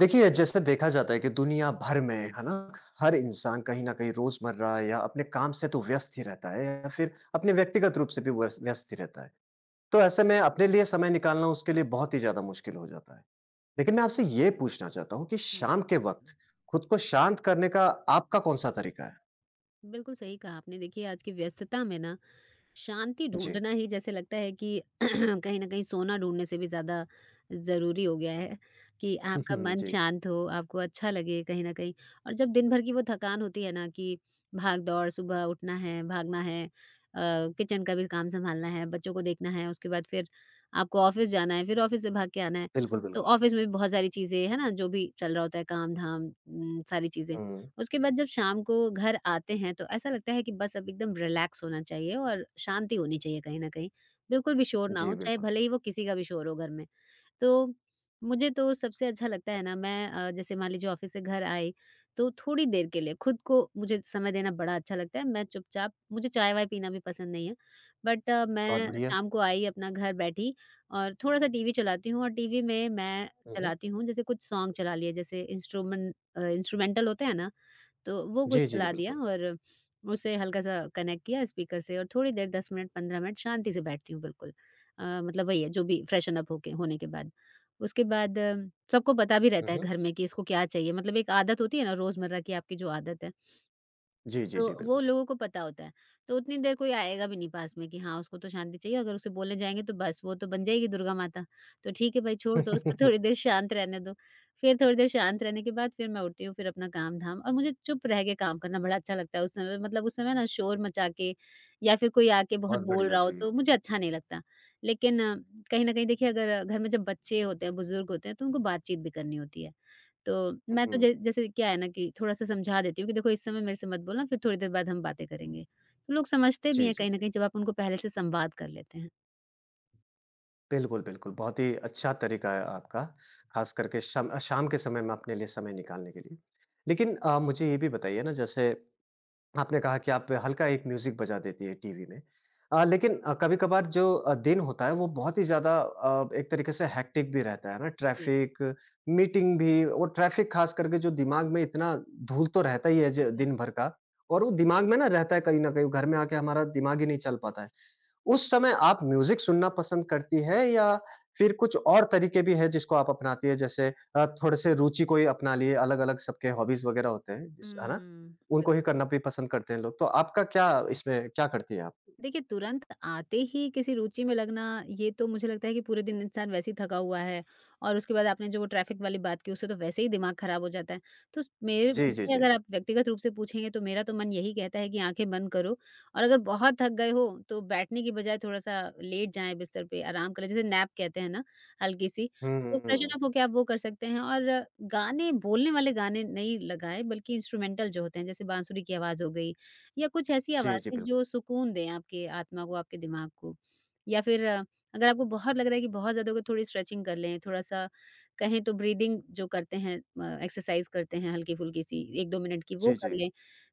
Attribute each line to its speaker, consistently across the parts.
Speaker 1: देखिए, जैसे देखा जाता है कि दुनिया भर में, है ना, हर इंसान कहीं न कहीं रोज़मर्रा या अपने काम से तो व्यस्त ही रहता है या फिर अपने व्यक्तिगत रूप से भी व्यस्त ही रहता है। तो ऐसे में अपने लिए समय निकालना उसके लिए बहुत ही ज़्यादा मुश्किल हो जाता है। लेकिन मैं आपसे ये पूछना चाहता हूँ कि शाम के
Speaker 2: बिल्कुल,
Speaker 1: वक़्त खुद को शांत करने का आपका कौन-सा तरीका है?
Speaker 2: बिल्कुल, सही कहा आपने। देखिए, आज की व्यस्तता में ना, शांति
Speaker 1: जी।
Speaker 2: ढूँढना ही जैसे लगता है कि कहीं न कहीं सोना ढूँढने से भी ज़्यादा ज़रूरी हो गया है कि आपका मन
Speaker 1: जी।
Speaker 2: शांत हो, आपको अच्छा लगे कहीं न कहीं। और जब दिन भर की वो थकान होती है ना, कि भाग-दौड़, सुबह उठना है, भागना है, किचन का भी काम सँभालना है, बच्चों को देखना है, उसके बाद फिर आपको ऑफ़िस जाना है, फिर ऑफ़िस से भाग के आना है।
Speaker 1: बिल्कुल,
Speaker 2: तो
Speaker 1: बिल्कुल।
Speaker 2: ऑफ़िस में भी बहुत सारी चीज़ें है ना, जो भी चल रहा होता है काम-धाम, सारी चीज़ें।
Speaker 1: हुँ।
Speaker 2: उसके बाद जब शाम को घर आते हैं तो ऐसा लगता है कि बस अब एकदम रिलैक्स होना चाहिए और शांति होनी चाहिए कहीं ना कहीं, बिल्कुल भी शोर ना
Speaker 1: जी,
Speaker 2: हो, चाहे
Speaker 1: बिल्कुल।
Speaker 2: भले ही वो किसी का भी शोर हो घर में। तो मुझे तो सबसे अच्छा लगता है ना, मैं जैसे मान लीजिए ऑफिस से घर आई तो थोड़ी देर के लिए खुद को मुझे समय देना बड़ा अच्छा लगता है। मैं चुपचाप, मुझे चाय वाय पीना भी पसंद नहीं है। बट
Speaker 1: बहुत
Speaker 2: मैं
Speaker 1: बढ़िया।
Speaker 2: शाम को आई, अपना घर बैठी और थोड़ा सा टीवी चलाती हूँ। और टीवी में मैं
Speaker 1: हुँ, हुँ।
Speaker 2: चलाती हूँ, जैसे कुछ सॉन्ग चला लिए, जैसे इंस्ट्रूमेंटल होते हैं ना, तो वो
Speaker 1: जी,
Speaker 2: कुछ
Speaker 1: जी, जी,
Speaker 2: चला दिया
Speaker 1: बिल्कुल।
Speaker 2: और उसे हल्का-सा कनेक्ट किया स्पीकर से और थोड़ी देर 10 मिनट 15 मिनट शांति से बैठती हूँ, बिल्कुल। मतलब वही है जो भी फ्रेशन अप होके होने के बाद। उसके बाद सबको पता भी
Speaker 1: हुँ,
Speaker 2: रहता है
Speaker 1: हुँ।
Speaker 2: घर में कि इसको क्या चाहिए, मतलब एक आदत होती है ना रोज़मर्रा की, आपकी जो आदत है
Speaker 1: जी, जी,
Speaker 2: तो
Speaker 1: जी,
Speaker 2: वो
Speaker 1: बिल्कुल।
Speaker 2: लोगों को पता होता है। तो उतनी देर कोई आएगा भी नहीं पास में कि हाँ, उसको तो शांति चाहिए, अगर उसे बोलने जाएँगे तो बस वो तो बन जाएगी दुर्गा माता। तो ठीक है भाई, छोड़ दो उसको, थोड़ी देर शांत रहने दो। फिर थोड़ी देर शांत रहने के बाद फिर मैं उठती हूँ, फिर अपना काम-धाम। और मुझे चुप रह के काम करना बड़ा अच्छा लगता है उस समय, मतलब उस समय ना शोर मचा के या फिर कोई आके बहुत
Speaker 1: बहुत
Speaker 2: बोल
Speaker 1: बढ़िया,
Speaker 2: रहा हो
Speaker 1: जी।
Speaker 2: तो मुझे अच्छा नहीं लगता। लेकिन कहीं न कहीं देखिए, अगर घर में जब बच्चे होते हैं, बुज़ुर्ग होते हैं, तो उनको बातचीत भी करनी होती है। तो मैं तो
Speaker 1: हुँ।
Speaker 2: जै जैसे क्या है ना, कि थोड़ा-सा समझा देती हूँ कि देखो इस समय मेरे से मत बोलना, फिर थोड़ी देर बाद हम बातें करेंगे। तो लोग समझते भी
Speaker 1: जी,
Speaker 2: हैं
Speaker 1: जी,
Speaker 2: कहीं न
Speaker 1: जी।
Speaker 2: कहीं जब आप उनको पहले से संवाद कर लेते हैं।
Speaker 1: बिल्कुल, बिल्कुल। बहुत ही अच्छा तरीका है आपका, ख़ास करके शम शाम के समय में अपने लिए समय निकालने के लिए। लेकिन मुझे ये भी बताइए ना, जैसे आपने कहा कि आप हल्का एक म्यूज़िक बजा देती है टीवी में। लेकिन कभी-कभार जो दिन होता है वो बहुत ही ज़्यादा एक तरीके से हेक्टिक भी रहता है ना,
Speaker 2: जी,
Speaker 1: ट्रैफ़िक, मीटिंग भी और ट्रैफ़िक ख़ास करके जो दिमाग में इतना धूल तो रहता ही है ज दिन
Speaker 2: बिल्कुल।
Speaker 1: भर का और वो दिमाग में ना रहता है कहीं न कहीं, घर में आके हमारा दिमाग ही नहीं चल पाता है। उस समय आप म्यूज़िक सुनना पसंद करती है या फिर कुछ और तरीके भी हैं जिसको आप अपनाती है, जैसे थोड़े-से रुचि कोई अपना लिए अलग-अलग सबके हॉबीज़ वग़ैरह होते हैं, जिस है ना?
Speaker 2: हुँ।
Speaker 1: उनको ही
Speaker 2: बिल्कुल।
Speaker 1: करना भी पसंद करते हैं लोग। तो आपका क्या इसमें क्या करती हैं आप?
Speaker 2: देखिए, तुरंत आते ही किसी रुचि में लगना, ये तो मुझे लगता है कि पूरे दिन इंसान वैसे ही थका हुआ है और उसके बाद आपने जो वो ट्रैफ़िक वाली बात की, उससे तो वैसे ही दिमाग खराब हो जाता है। तो स मेरे
Speaker 1: जी, जी,
Speaker 2: मुझे
Speaker 1: जी।
Speaker 2: अगर आप व्यक्तिगत रूप से पूछेंगे, तो मेरा तो मन यही कहता है कि आँखें बंद करो और अगर बहुत थक गए हो, तो बैठने की बजाय थोड़ा-सा लेट जाएँ बिस्तर पे, आराम कर लें, जिसे नैप कहते हैं ना, हल्की-सी।
Speaker 1: हुँ,
Speaker 2: तो
Speaker 1: हुँ,
Speaker 2: फ्रेशन
Speaker 1: हुँ।
Speaker 2: अप होके आप वो कर सकते हैं और गाने, बोलने वाले गाने नहीं लगाएँ, बल्कि इंस्ट्रूमेंटल जो होते हैं, जैसे बांसुरी की आवाज़ हो गई या कुछ ऐसी
Speaker 1: जी, जी,
Speaker 2: आवाज़ें
Speaker 1: बिल्कुल।
Speaker 2: जो सुकून दें आपके आत्मा को, आपके दिमाग को। या फिर अगर आपको बहुत लग रहा है कि बहुत ज़्यादा हो गया, थोड़ी स्ट्रेचिंग कर लें, थोड़ा-सा कहें तो ब्रीदिंग जो करते हैं, एक्सरसाइज़ करते हैं, हल्की-फुल्की सी 1-2 मिनट की वो
Speaker 1: जी,
Speaker 2: कर
Speaker 1: जी।
Speaker 2: लें।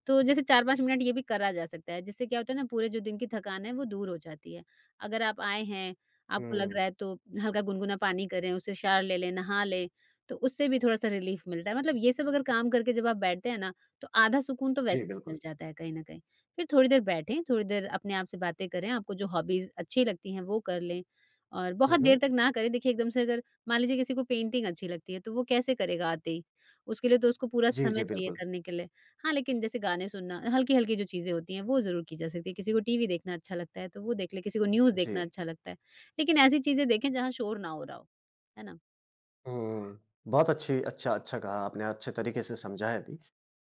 Speaker 2: तो जैसे 4-5 मिनट ये भी करा जा सकता है, जिससे क्या होता है ना, पूरे जो दिन की थकान है वो दूर हो जाती है। अगर आप आए हैं, आपको लग
Speaker 1: हुँ।
Speaker 2: रहा है, तो हल्का गुनगुना पानी करें, उससे शावर ले लें, नहा लें, तो उससे भी थोड़ा-सा रिलीफ़ मिलता है। मतलब ये सब अगर काम करके जब आप बैठते हैं ना, तो आधा सुकून तो वैसे
Speaker 1: जी,
Speaker 2: ही
Speaker 1: बिल्कुल।
Speaker 2: मिल जाता है कहीं न कहीं। फिर थोड़ी देर बैठें, थोड़ी देर अपने आप से बातें करें, आपको जो हॉबीज़ अच्छी लगती हैं वो कर लें और
Speaker 1: हुँ,
Speaker 2: बहुत
Speaker 1: हुँ।
Speaker 2: देर तक ना करें। देखिए एकदम से अगर मान लीजिए किसी को पेंटिंग अच्छी लगती है, तो वो कैसे करेगा आते ही? उसके लिए तो उसको पूरा
Speaker 1: जी, जी,
Speaker 2: समय चाहिए
Speaker 1: बिल्कुल।
Speaker 2: करने के लिए। हाँ, लेकिन जैसे गाने सुनना, हल्की-हल्की जो चीज़ें होती हैं वो ज़रूर की जा सकती है। किसी को टीवी देखना अच्छा लगता है तो वो देख ले, किसी को न्यूज़
Speaker 1: जी।
Speaker 2: देखना अच्छा लगता है। लेकिन ऐसी चीज़ें देखें जहाँ शोर ना हो रहा हो। है ना?
Speaker 1: हुँ। बहुत अच्छी अच्छा अच्छा कहा आपने, अच्छे तरीके से समझाया भी।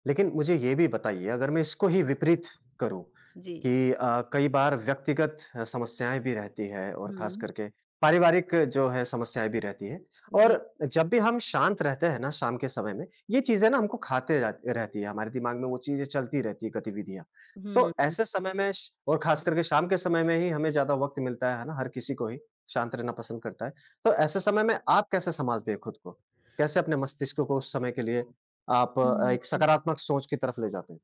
Speaker 1: लेकिन मुझे ये भी बताइए, अगर मैं इसको ही विपरीत करूँ
Speaker 2: जी।
Speaker 1: कि कई बार व्यक्तिगत समस्याएँ भी रहती हैं और ख़ास
Speaker 2: हुँ।
Speaker 1: करके पारिवारिक जो है समस्याएँ भी रहती हैं
Speaker 2: जी।
Speaker 1: और जब भी हम शांत रहते हैं ना शाम के समय में, ये चीज़ें ना हमको खाते रह रहती है, हमारे दिमाग में वो चीज़ें चलती रहती है गतिविधियाँ। तो
Speaker 2: हुँ।
Speaker 1: ऐसे समय में श और ख़ास करके शाम के समय में ही हमें ज़्यादा वक़्त मिलता है ना? हर किसी को ही शांत रहना पसंद करता है। तो ऐसे समय में आप कैसे संभालते हैं खुद को? कैसे अपने मस्तिष्क को उस समय के लिए आप
Speaker 2: हुँ,
Speaker 1: एक
Speaker 2: हुँ।
Speaker 1: सकारात्मक सोच की तरफ ले जाते हैं?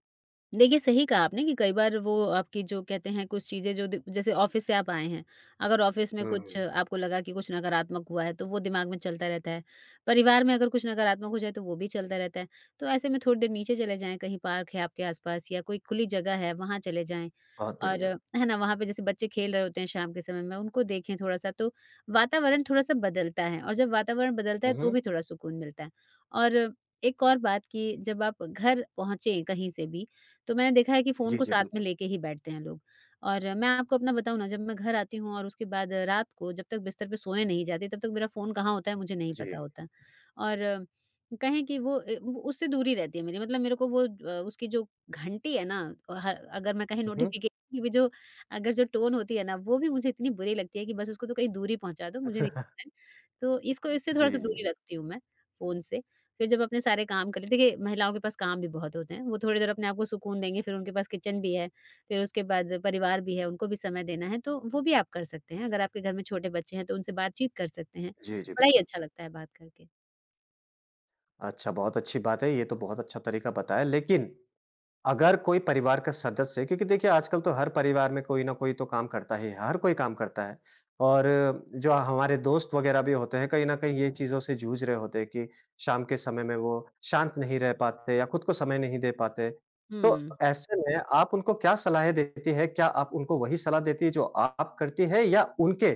Speaker 2: देखिए, सही कहा आपने कि कई बार वो आपकी जो कहते हैं कुछ चीज़ें जो दि जैसे ऑफ़िस से आप आए हैं, अगर ऑफ़िस में
Speaker 1: हुँ,
Speaker 2: कुछ
Speaker 1: हुँ।
Speaker 2: आपको लगा कि कुछ नकारात्मक हुआ है, तो वो दिमाग में चलता रहता है। परिवार में अगर कुछ नकारात्मक हो जाए, तो वो भी चलता रहता है। तो ऐसे में थोड़ी देर नीचे चले जाएँ, कहीं पार्क है आपके आस-पास या कोई खुली जगह है, वहाँ चले जाएँ
Speaker 1: बहुत
Speaker 2: और,
Speaker 1: बढ़िया।
Speaker 2: है ना? वहाँ पे जैसे बच्चे खेल रहे होते हैं शाम के समय में, उनको देखें थोड़ा-सा, तो वातावरण थोड़ा-सा बदलता है और जब वातावरण बदलता
Speaker 1: हुँ,
Speaker 2: है, तो
Speaker 1: हुँ।
Speaker 2: भी थोड़ा सुकून मिलता है। और एक और बात, कि जब आप घर पहुँचे कहीं से भी, तो मैंने देखा है कि फ़ोन
Speaker 1: जी,
Speaker 2: को
Speaker 1: जी,
Speaker 2: साथ में
Speaker 1: बिल्कुल।
Speaker 2: लेके ही बैठते हैं लोग। और मैं आपको अपना बताऊँ ना, जब मैं घर आती हूँ और उसके बाद रात को जब तक बिस्तर पे सोने नहीं जाती, तब तक मेरा फ़ोन कहाँ होता है मुझे नहीं
Speaker 1: जी।
Speaker 2: पता होता। और कहें कि वो वो उससे दूरी रहती है मेरी, मतलब मेरे को वो उसकी जो घंटी है ना, ह अगर मैं कहीं
Speaker 1: हुँ, हुँ।
Speaker 2: नोटिफ़िकेशन की भी जो अगर जो टोन होती है ना, वो भी मुझे इतनी बुरी लगती है कि बस उसको तो कहीं दूर ही पहुँचा दो, मुझे नहीं पता है। तो इसको इससे
Speaker 1: जी,
Speaker 2: थोड़ा-सा
Speaker 1: जी।
Speaker 2: दूरी रखती हूँ मैं फ़ोन से। फिर जब अपने सारे काम कर लिए, देखिए, महिलाओं के पास काम भी बहुत होते हैं, वो थोड़ी देर अपने आप को सुकून देंगी, फिर उनके पास किचन भी है, फिर उसके बाद परिवार भी है, उनको भी समय देना है, तो वो भी आप कर सकते हैं। अगर आपके घर में छोटे बच्चे हैं, तो उनसे बातचीत कर सकते हैं।
Speaker 1: जी, जी,
Speaker 2: बड़ा ही
Speaker 1: बिल्कुल।
Speaker 2: अच्छा लगता है बात करके।
Speaker 1: अच्छा, बहुत अच्छी बात है, ये तो बहुत अच्छा तरीका बताया, लेकिन अगर कोई परिवार का सदस्य, क्योंकि देखिए आजकल तो हर परिवार में कोई ना कोई तो काम करता ही है, हर कोई काम करता है और जो हमारे दोस्त वगैरह भी होते हैं, कहीं न कहीं ये चीज़ों से जूझ रहे होते हैं कि शाम के समय में वो शांत नहीं रह पाते या खुद को समय नहीं दे पाते। तो
Speaker 2: हुँ।
Speaker 1: ऐसे में आप उनको क्या सलाहें देती हैं? क्या आप उनको वही सलाह देती है जो आप करती हैं, या उनके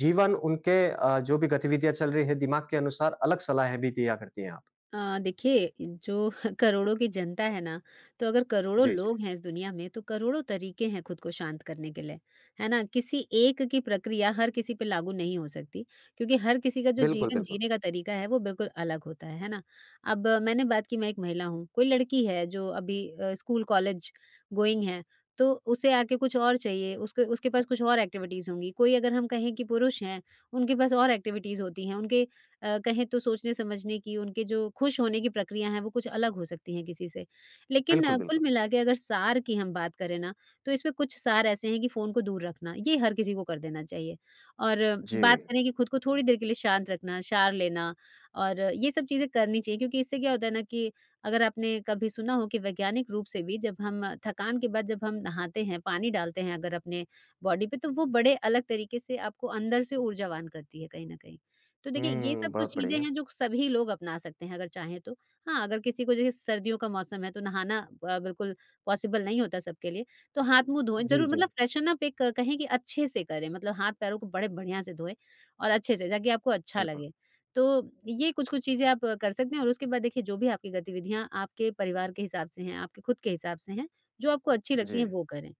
Speaker 1: जीवन, उनके जो भी गतिविधियाँ चल रही है दिमाग के अनुसार अलग सलाहें भी दिया करती हैं आप?
Speaker 2: देखिए जो करोड़ों की जनता है ना, तो अगर करोड़ों
Speaker 1: जी, जी।
Speaker 2: लोग हैं इस दुनिया में, तो करोड़ों तरीके हैं खुद को शांत करने के लिए, है ना? किसी एक की प्रक्रिया हर किसी पे लागू नहीं हो सकती, क्योंकि हर किसी का जो
Speaker 1: बिल्कुल,
Speaker 2: जीवन
Speaker 1: बिल्कुल।
Speaker 2: जीने का तरीका है वो बिल्कुल अलग होता है ना? अब मैंने बात की, मैं एक महिला हूँ, कोई लड़की है जो अभी स्कूल कॉलेज गोइंग है, तो उसे आके कुछ और चाहिए, उसके उसके पास कुछ और एक्टिविटीज़ होंगी। कोई अगर हम कहें कि पुरुष हैं, उनके पास और एक्टिविटीज़ होती हैं, उनके कहें तो सोचने समझने की, उनके जो खुश होने की प्रक्रिया है वो कुछ अलग हो सकती हैं किसी से। लेकिन
Speaker 1: बिल्कुल,
Speaker 2: कुल
Speaker 1: बिल्कुल।
Speaker 2: मिला के अगर सार की हम बात करें ना, तो इसमें कुछ सार ऐसे हैं कि फ़ोन को दूर रखना, ये हर किसी को कर देना चाहिए। और
Speaker 1: जी।
Speaker 2: बात करें कि खुद को थोड़ी देर के लिए शांत रखना, सार लेना और ये सब चीज़ें करनी चाहिए, क्योंकि इससे क्या होता है ना, कि अगर आपने कभी सुना हो कि वैज्ञानिक रूप से भी जब हम थकान के बाद जब हम नहाते हैं, पानी डालते हैं अगर अपने बॉडी पे, तो वो बड़े अलग तरीके से आपको अंदर से ऊर्जावान करती है कहीं न कहीं। तो देखिए ये
Speaker 1: हुँ,
Speaker 2: सब कुछ
Speaker 1: बहुत
Speaker 2: चीज़ें
Speaker 1: बढ़िया।
Speaker 2: हैं जो सभी लोग अपना सकते हैं अगर चाहें तो। हाँ, अगर किसी को जैसे सर्दियों का मौसम है तो नहाना बिल्कुल पॉसिबल नहीं होता सबके लिए, तो हाथ-मुँह धोएँ
Speaker 1: जी,
Speaker 2: ज़रूर,
Speaker 1: जी।
Speaker 2: मतलब फ्रेशन अप एक कहें कि अच्छे से करें, मतलब हाथ-पैरों को बड़े बढ़िया से धोएँ और अच्छे से, ताकि आपको अच्छा
Speaker 1: बिल्कुल,
Speaker 2: लगे। तो ये कुछ-कुछ चीज़ें आप कर सकते हैं और उसके बाद देखिए जो भी आपकी गतिविधियाँ आपके परिवार के हिसाब से हैं, आपके खुद के हिसाब से हैं, जो आपको अच्छी
Speaker 1: जी।
Speaker 2: लगती हैं वो करें।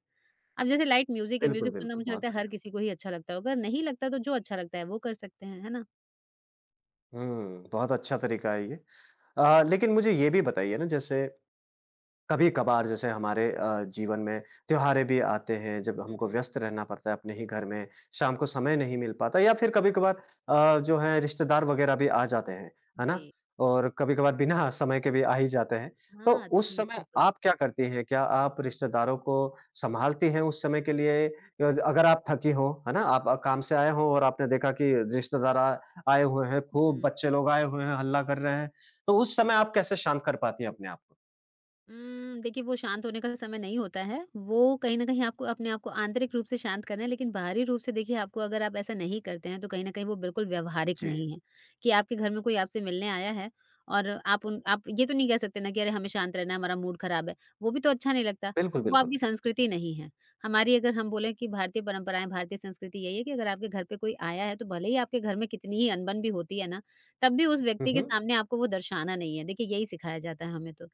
Speaker 2: अब जैसे लाइट म्यूज़िक है,
Speaker 1: बिल्कुल,
Speaker 2: म्यूज़िक सुनना
Speaker 1: बिल्कुल,
Speaker 2: मुझे
Speaker 1: बहुत
Speaker 2: लगता है हर
Speaker 1: बढ़िया।
Speaker 2: किसी को ही अच्छा लगता होगा, नहीं लगता तो जो अच्छा लगता है वो कर सकते हैं, है ना?
Speaker 1: हुँ, बहुत अच्छा तरीका है ये। लेकिन मुझे ये भी बताइए ना, जैसे कभी-कभार जैसे हमारे जीवन में त्योहारें भी आते हैं, जब हमको
Speaker 2: हुँ।
Speaker 1: व्यस्त रहना पड़ता है अपने ही घर में, शाम को समय नहीं मिल पाता या फिर कभी-कभार जो है रिश्तेदार वगैरह भी आ जाते हैं, है ना?
Speaker 2: जी।
Speaker 1: और कभी-कभार बिना समय के भी आ ही जाते हैं। तो
Speaker 2: हाँ,
Speaker 1: उस
Speaker 2: थी
Speaker 1: समय
Speaker 2: बिल्कुल।
Speaker 1: आप क्या करती हैं? क्या आप रिश्तेदारों को संभालती हैं उस समय के लिए? या अगर आप थकी हो, है ना? आप काम से आए हो और आपने देखा कि रिश्तेदार आ आए हुए हैं,
Speaker 2: हुँ,
Speaker 1: खूब
Speaker 2: हुँ।
Speaker 1: बच्चे लोग आए हुए हैं, हल्ला कर रहे हैं, तो उस समय आप कैसे शांत कर पाती हैं अपने आप को?
Speaker 2: देखिए वो शांत होने का समय नहीं होता है। वो कहीं न कहीं आपको अपने आप को आंतरिक रूप से शांत करना है, लेकिन बाहरी रूप से देखिए, आपको अगर आप ऐसा नहीं करते हैं, तो कहीं न कहीं वो बिल्कुल व्यावहारिक
Speaker 1: जी।
Speaker 2: नहीं है। कि आपके घर में कोई आपसे मिलने आया है और आप उन आप ये तो नहीं कह सकते ना कि अरे, हमें शांत रहना है, हमारा मूड खराब है। वो भी तो अच्छा नहीं लगता,
Speaker 1: बिल्कुल,
Speaker 2: वो
Speaker 1: बिल्कुल।
Speaker 2: आपकी संस्कृति नहीं है। हमारी अगर हम बोलें, कि भारतीय परंपराएँ, भारतीय संस्कृति यही है कि अगर आपके घर पे कोई आया है, तो भले ही आपके घर में कितनी ही अनबन भी होती है ना, तब भी उस
Speaker 1: हुँ,
Speaker 2: व्यक्ति के
Speaker 1: हुँ।
Speaker 2: सामने आपको वो दर्शाना नहीं है। देखिए, यही सिखाया जाता है हमें तो।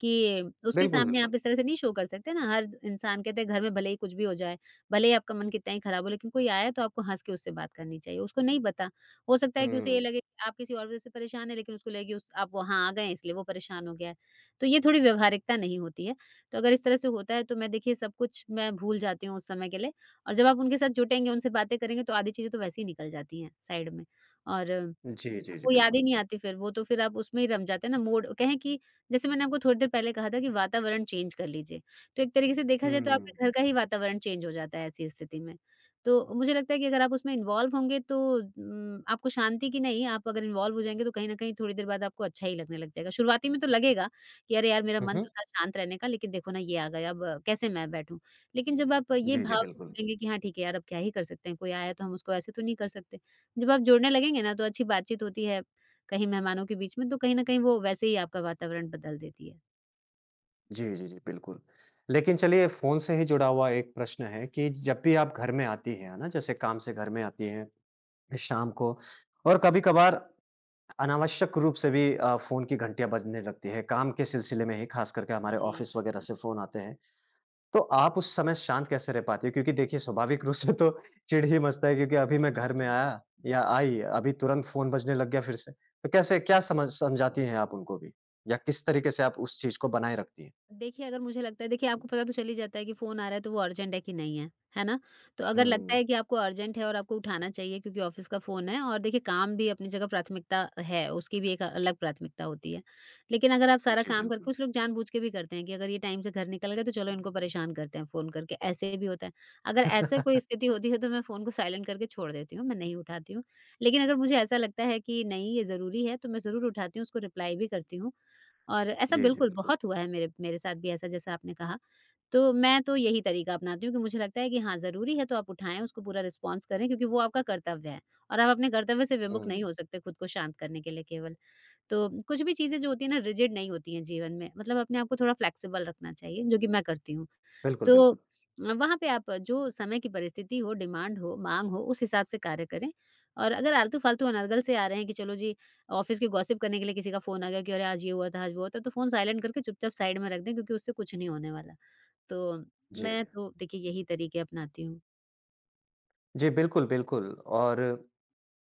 Speaker 2: कि उसके
Speaker 1: बिल्कुल,
Speaker 2: सामने
Speaker 1: बिल्कुल।
Speaker 2: आप इस तरह से नहीं शो कर सकते ना, हर इंसान कहते हैं, घर में भले ही कुछ भी हो जाए, भले ही आपका मन कितना ही खराब हो, लेकिन कोई आया तो आपको हँस के उससे बात करनी चाहिए। उसको नहीं पता, हो सकता है कि उसे ये
Speaker 1: हुँ।
Speaker 2: लगे कि आप किसी और वज़ह से परेशान हैं, लेकिन उसको लगे कि उस आप वहाँ आ गए हैं इसलिए वो परेशान हो गया है। तो ये थोड़ी व्यावहारिकता नहीं होती है, तो अगर इस तरह से होता है तो मैं, देखिए, सब कुछ मैं भूल जाती हूँ उस समय के लिए। और जब आप उनके साथ जुटेंगे, उनसे बातें करेंगे, तो आधी चीज़ें तो वैसे ही निकल जाती हैं साइड में और
Speaker 1: जी, जी, जी,
Speaker 2: वो याद
Speaker 1: बिल्कुल।
Speaker 2: ही नहीं आती फिर, वो तो फिर आप उसमें ही रम जाते हैं ना। मूड कहें कि जैसे मैंने आपको थोड़ी देर पहले कहा था कि वातावरण चेंज कर लीजिए। तो एक तरीके से देखा जाए तो, जी,
Speaker 1: हुँ।
Speaker 2: आपके घर का ही वातावरण चेंज हो जाता है ऐसी स्थिति में। तो मुझे लगता है कि अगर आप उसमें इन्वॉल्व होंगे तो आपको शांति की नहीं, आप अगर इन्वॉल्व हो जाएँगे तो कहीं न कहीं थोड़ी देर बाद आपको अच्छा ही लगने लग जाएगा। शुरुआती में तो लगेगा कि अरे यार, मेरा
Speaker 1: हुँ,
Speaker 2: मन
Speaker 1: हुँ।
Speaker 2: तो था शांत रहने का, लेकिन देखो ना ये आ गया, अब कैसे मैं बैठूँ? लेकिन जब आप ये
Speaker 1: जी, जी,
Speaker 2: भाव से
Speaker 1: बिल्कुल।
Speaker 2: जुड़ेंगे कि हाँ ठीक है यार, अब क्या ही कर सकते हैं, कोई आया तो हम उसको ऐसे तो नहीं कर सकते। जब आप जुड़ने लगेंगे ना, तो अच्छी बातचीत होती है कहीं मेहमानों के बीच में, तो कहीं न कहीं वो वैसे ही आपका वातावरण बदल देती है।
Speaker 1: जी, जी, जी, बिल्कुल। लेकिन चलिए, फ़ोन से ही जुड़ा हुआ एक प्रश्न है कि जब भी आप घर में आती हैं, है ना? जैसे काम से घर में आती हैं शाम को और कभी-कभार अनावश्यक रूप से भी फ़ोन की घंटियाँ बजने लगती हैं। काम के सिलसिले में ही ख़ास करके हमारे
Speaker 2: जी,
Speaker 1: ऑफ़िस वग़ैरह
Speaker 2: बिल्कुल।
Speaker 1: से फ़ोन आते हैं। तो आप उस समय शांत कैसे रह पाती हो? क्योंकि देखिए स्वाभाविक रूप से तो चिढ़ ही मचता है, क्योंकि अभी मैं घर में
Speaker 2: हाँ,
Speaker 1: आया या
Speaker 2: बिल्कुल।
Speaker 1: आई, अभी तुरंत फ़ोन बजने लग गया फिर से। तो
Speaker 2: हुँ।
Speaker 1: कैसे क्या समझाती हैं आप उनको भी? या किस तरीके से आप उस चीज़ को बनाए रखती हैं?
Speaker 2: देखिए, अगर मुझे लगता है, देखिए आपको पता तो चल ही जाता है कि फ़ोन आ रहा है तो वो अर्जेंट है कि नहीं है, है ना? तो अगर लगता
Speaker 1: हुँ।
Speaker 2: है कि आपको अर्जेंट है और आपको उठाना चाहिए क्योंकि ऑफ़िस का फ़ोन है, और देखिए काम भी अपनी जगह प्राथमिकता है, उसकी भी एक अलग प्राथमिकता होती है। लेकिन अगर आप सारा
Speaker 1: जी,
Speaker 2: काम कर,
Speaker 1: बिल्कुल।
Speaker 2: कुछ लोग जानबूझ के भी करते हैं कि अगर ये टाइम से घर निकल गए तो चलो इनको परेशान करते हैं फ़ोन करके, ऐसे भी होता है। अगर ऐसे कोई स्थिति होती है तो मैं फ़ोन को साइलेंट करके छोड़ देती हूँ, मैं नहीं उठाती हूँ। लेकिन अगर मुझे ऐसा लगता है कि नहीं, ये ज़रूरी है, तो मैं ज़रूर उठाती हूँ, उसको रिप्लाई भी करती हूँ। और ऐसा
Speaker 1: जी, जी,
Speaker 2: बिल्कुल
Speaker 1: बिल्कुल।
Speaker 2: बहुत हुआ है मेरे मेरे साथ भी, ऐसा जैसा आपने कहा। तो मैं तो यही तरीका अपनाती हूँ कि मुझे लगता है कि हाँ, ज़रूरी है तो आप उठाएँ, उसको पूरा रिस्पॉन्स करें क्योंकि वो आपका कर्तव्य है, और आप अपने कर्तव्य से
Speaker 1: हुँ।
Speaker 2: विमुख नहीं हो सकते खुद को शांत करने के लिए केवल। तो कुछ भी चीज़ें जो होती हैं ना, रिजिड नहीं होती हैं जीवन में, मतलब अपने आप को थोड़ा फ्लेक्सिबल रखना चाहिए, जो कि मैं करती हूँ।
Speaker 1: बिल्कुल,
Speaker 2: तो
Speaker 1: बिल्कुल।
Speaker 2: वहाँ पे आप, जो समय की परिस्थिति हो, डिमांड हो, माँग हो, उस हिसाब से कार्य करें। और अगर आलतू-फालतू अनर्गल से आ रहे हैं कि चलो जी, ऑफ़िस के गॉसिप करने के लिए किसी का फ़ोन आ गया कि अरे! आज ये हुआ था, आज वो हुआ था, तो फ़ोन साइलेंट करके चुपचाप साइड में रख दें क्योंकि उससे कुछ नहीं होने वाला। तो
Speaker 1: जी।
Speaker 2: मैं तो देखिए यही तरीके अपनाती हूँ।
Speaker 1: जी, बिल्कुल, बिल्कुल। और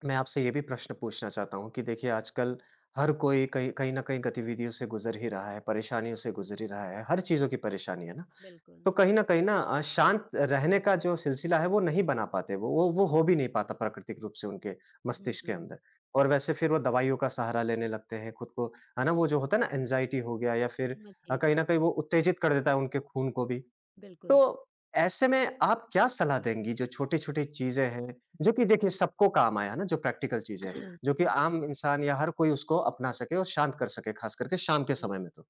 Speaker 1: मैं आपसे ये भी प्रश्न पूछना चाहता हूँ कि देखिए आजकल हर कोई कहीं कहीं न कहीं गतिविधियों से गुज़र ही रहा है, परेशानियों से गुज़र ही रहा है, हर चीज़ों की परेशानी है ना? तो
Speaker 2: बिल्कुल।
Speaker 1: कहीं न कहीं ना शांत रहने का जो सिलसिला है वो नहीं बना पाते, वो हो भी नहीं पाता प्राकृतिक रूप से उनके
Speaker 2: हुँ,
Speaker 1: मस्तिष्क के
Speaker 2: हुँ।
Speaker 1: अंदर। और वैसे फिर वो दवाइयों का सहारा लेने लगते हैं खुद को, है ना? वो जो होता है ना, एंग्ज़ायटी हो गया या फिर
Speaker 2: समझी।
Speaker 1: कहीं न कहीं वो उत्तेजित कर देता है उनके खून को भी। तो
Speaker 2: बिल्कुल।
Speaker 1: ऐसे में आप क्या सलाह देंगी जो छोटी-छोटी चीज़ें हैं, जो कि देखिए सबको काम आया है ना, जो प्रैक्टिकल चीज़ें हैं, जो कि
Speaker 2: हुँ,
Speaker 1: आम इंसान या हर कोई उसको अपना सके और शांत कर सके, ख़ास करके शाम के
Speaker 2: जी।
Speaker 1: समय में तो?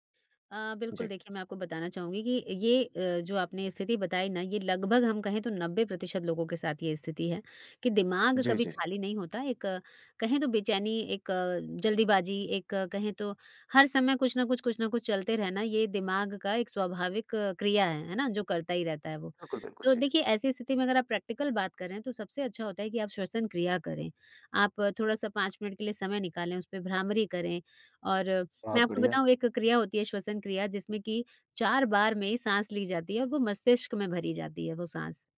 Speaker 1: जी।
Speaker 2: बिल्कुल, देखिए मैं आपको बताना चाहूँगी कि ये जो आपने स्थिति बताई ना, ये लगभग, हम कहें तो, 90% लोगों के साथ ये स्थिति है कि दिमाग
Speaker 1: जी,
Speaker 2: कभी
Speaker 1: जी।
Speaker 2: खाली नहीं होता। एक कहें तो बेचैनी, एक जल्दीबाजी, एक कहें तो हर समय कुछ ना कुछ चलते रहना, ये दिमाग का एक स्वाभाविक क्रिया है ना, जो करता ही रहता है वो।
Speaker 1: बिल्कुल, बिल्कुल।
Speaker 2: तो
Speaker 1: जी।
Speaker 2: देखिए ऐसी स्थिति में अगर आप प्रैक्टिकल बात करें, तो सबसे अच्छा होता है कि आप श्वसन क्रिया करें। आप थोड़ा सा 5 मिनट के लिए समय निकालें, उस पर भ्रामरी करें। और मैं
Speaker 1: बहुत
Speaker 2: आपको
Speaker 1: बढ़िया।
Speaker 2: बताऊँ, एक क्रिया होती है श्वसन क्रिया जिसमें कि 4 बार में साँस ली जाती है, और वो मस्तिष्क में भरी जाती है वो साँस।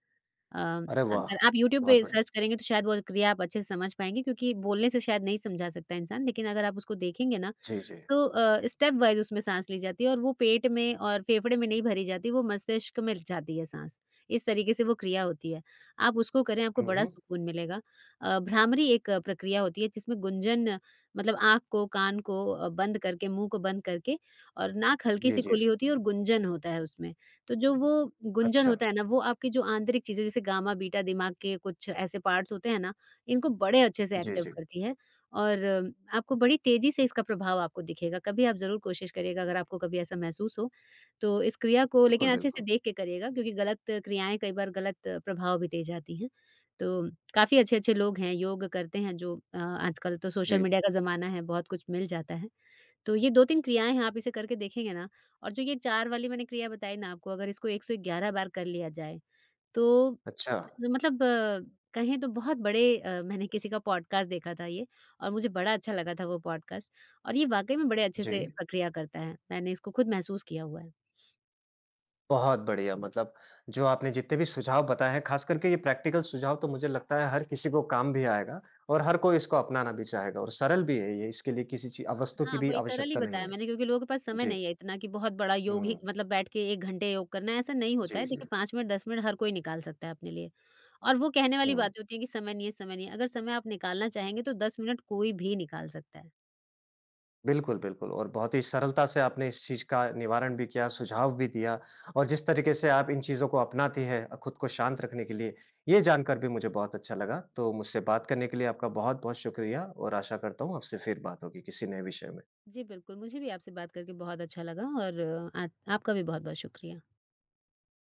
Speaker 1: अरे वाह!
Speaker 2: अगर आप यूट्यूब
Speaker 1: बहुत
Speaker 2: पे
Speaker 1: बढ़िया।
Speaker 2: सर्च करेंगे तो शायद वो क्रिया आप अच्छे से समझ पाएँगे, क्योंकि बोलने से शायद नहीं समझा सकता इंसान, लेकिन अगर आप उसको देखेंगे ना,
Speaker 1: जी, जी।
Speaker 2: तो स्टेप वाइज़ उसमें साँस ली जाती है, और वो पेट में और फेफड़े में नहीं भरी जाती, वो मस्तिष्क में जाती है साँस। इस तरीके से वो क्रिया होती है। आप उसको करें, आपको
Speaker 1: हुँ,
Speaker 2: बड़ा
Speaker 1: हुँ।
Speaker 2: सुकून मिलेगा। भ्रामरी एक प्रक्रिया होती है जिसमें गुंजन, मतलब आँख को, कान को बंद करके, मुँह को बंद करके, और नाक हल्की
Speaker 1: जी,
Speaker 2: सी
Speaker 1: जी।
Speaker 2: खुली होती है और गुंजन होता है उसमें। तो जो वो गुंजन
Speaker 1: अच्छा।
Speaker 2: होता है ना, वो आपकी जो आंतरिक चीज़ें, जैसे गामा, बीटा, दिमाग के कुछ ऐसे पार्ट्स होते हैं ना, इनको बड़े अच्छे से
Speaker 1: जी,
Speaker 2: एक्टिव
Speaker 1: जी।
Speaker 2: करती है। और आपको बड़ी तेज़ी से इसका प्रभाव आपको दिखेगा। कभी आप ज़रूर कोशिश करिएगा, अगर आपको कभी ऐसा महसूस हो, तो इस क्रिया को,
Speaker 1: बिल्कुल,
Speaker 2: लेकिन अच्छे से
Speaker 1: बिल्कुल।
Speaker 2: देख के करिएगा, क्योंकि गलत क्रियाएँ कई बार गलत प्रभाव भी दे जाती हैं। तो काफ़ी अच्छे-अच्छे लोग हैं, योग करते हैं जो, आजकल तो सोशल
Speaker 1: जी।
Speaker 2: मीडिया का ज़माना है, बहुत कुछ मिल जाता है। तो ये 2-3 क्रियाएँ हैं, आप इसे करके देखेंगे ना। और जो ये 4 वाली मैंने क्रिया बताई ना आपको, अगर इसको 111 बार कर लिया जाए, तो
Speaker 1: अच्छा।
Speaker 2: मतलब, कहें तो बहुत बड़े, मैंने किसी का पॉडकास्ट देखा था ये, और मुझे बड़ा अच्छा लगा था वो पॉडकास्ट, और ये वाक़ई में बड़े अच्छे
Speaker 1: जी।
Speaker 2: से प्रक्रिया करता है। मैंने इसको खुद महसूस किया हुआ है।
Speaker 1: बहुत बढ़िया, मतलब जो आपने जितने भी सुझाव बताए हैं, ख़ास करके ये प्रैक्टिकल सुझाव तो मुझे लगता है हर किसी को काम भी आएगा और हर कोई इसको अपनाना भी चाहेगा, और सरल भी है ये, इसके लिए किसी ची वस्तु की
Speaker 2: हाँ,
Speaker 1: भी
Speaker 2: वही सरल ही
Speaker 1: आवश्यकता नहीं
Speaker 2: बताया
Speaker 1: है।
Speaker 2: मैंने, क्योंकि लोगों के पास समय
Speaker 1: जी।
Speaker 2: नहीं है इतना कि बहुत बड़ा योग ही,
Speaker 1: हुँ।
Speaker 2: मतलब बैठ के 1 घंटे योग करना है, ऐसा नहीं होता
Speaker 1: जी,
Speaker 2: है।
Speaker 1: जी।
Speaker 2: देखिए 5 मिनट, 10 मिनट हर कोई निकाल सकता है अपने लिए। और वो कहने वाली
Speaker 1: हुँ।
Speaker 2: बातें होती है कि समय नहीं है, समय नहीं है। अगर समय आप निकालना चाहेंगे तो 10 मिनट कोई भी निकाल सकता है।
Speaker 1: बिल्कुल, बिल्कुल और बहुत ही सरलता से आपने इस चीज़ का निवारण भी किया, सुझाव भी दिया और जिस तरीके से आप इन चीज़ों को अपनाती हैं खुद को शांत रखने के लिए, ये जानकर भी मुझे बहुत अच्छा लगा। तो मुझसे बात करने के लिए आपका बहुत-बहुत शुक्रिया और आशा करता हूँ आपसे फिर बात होगी किसी नए विषय में।
Speaker 2: जी, बिल्कुल, मुझे भी आपसे बात करके बहुत अच्छा लगा और अ, आ आपका भी बहुत-बहुत शुक्रिया।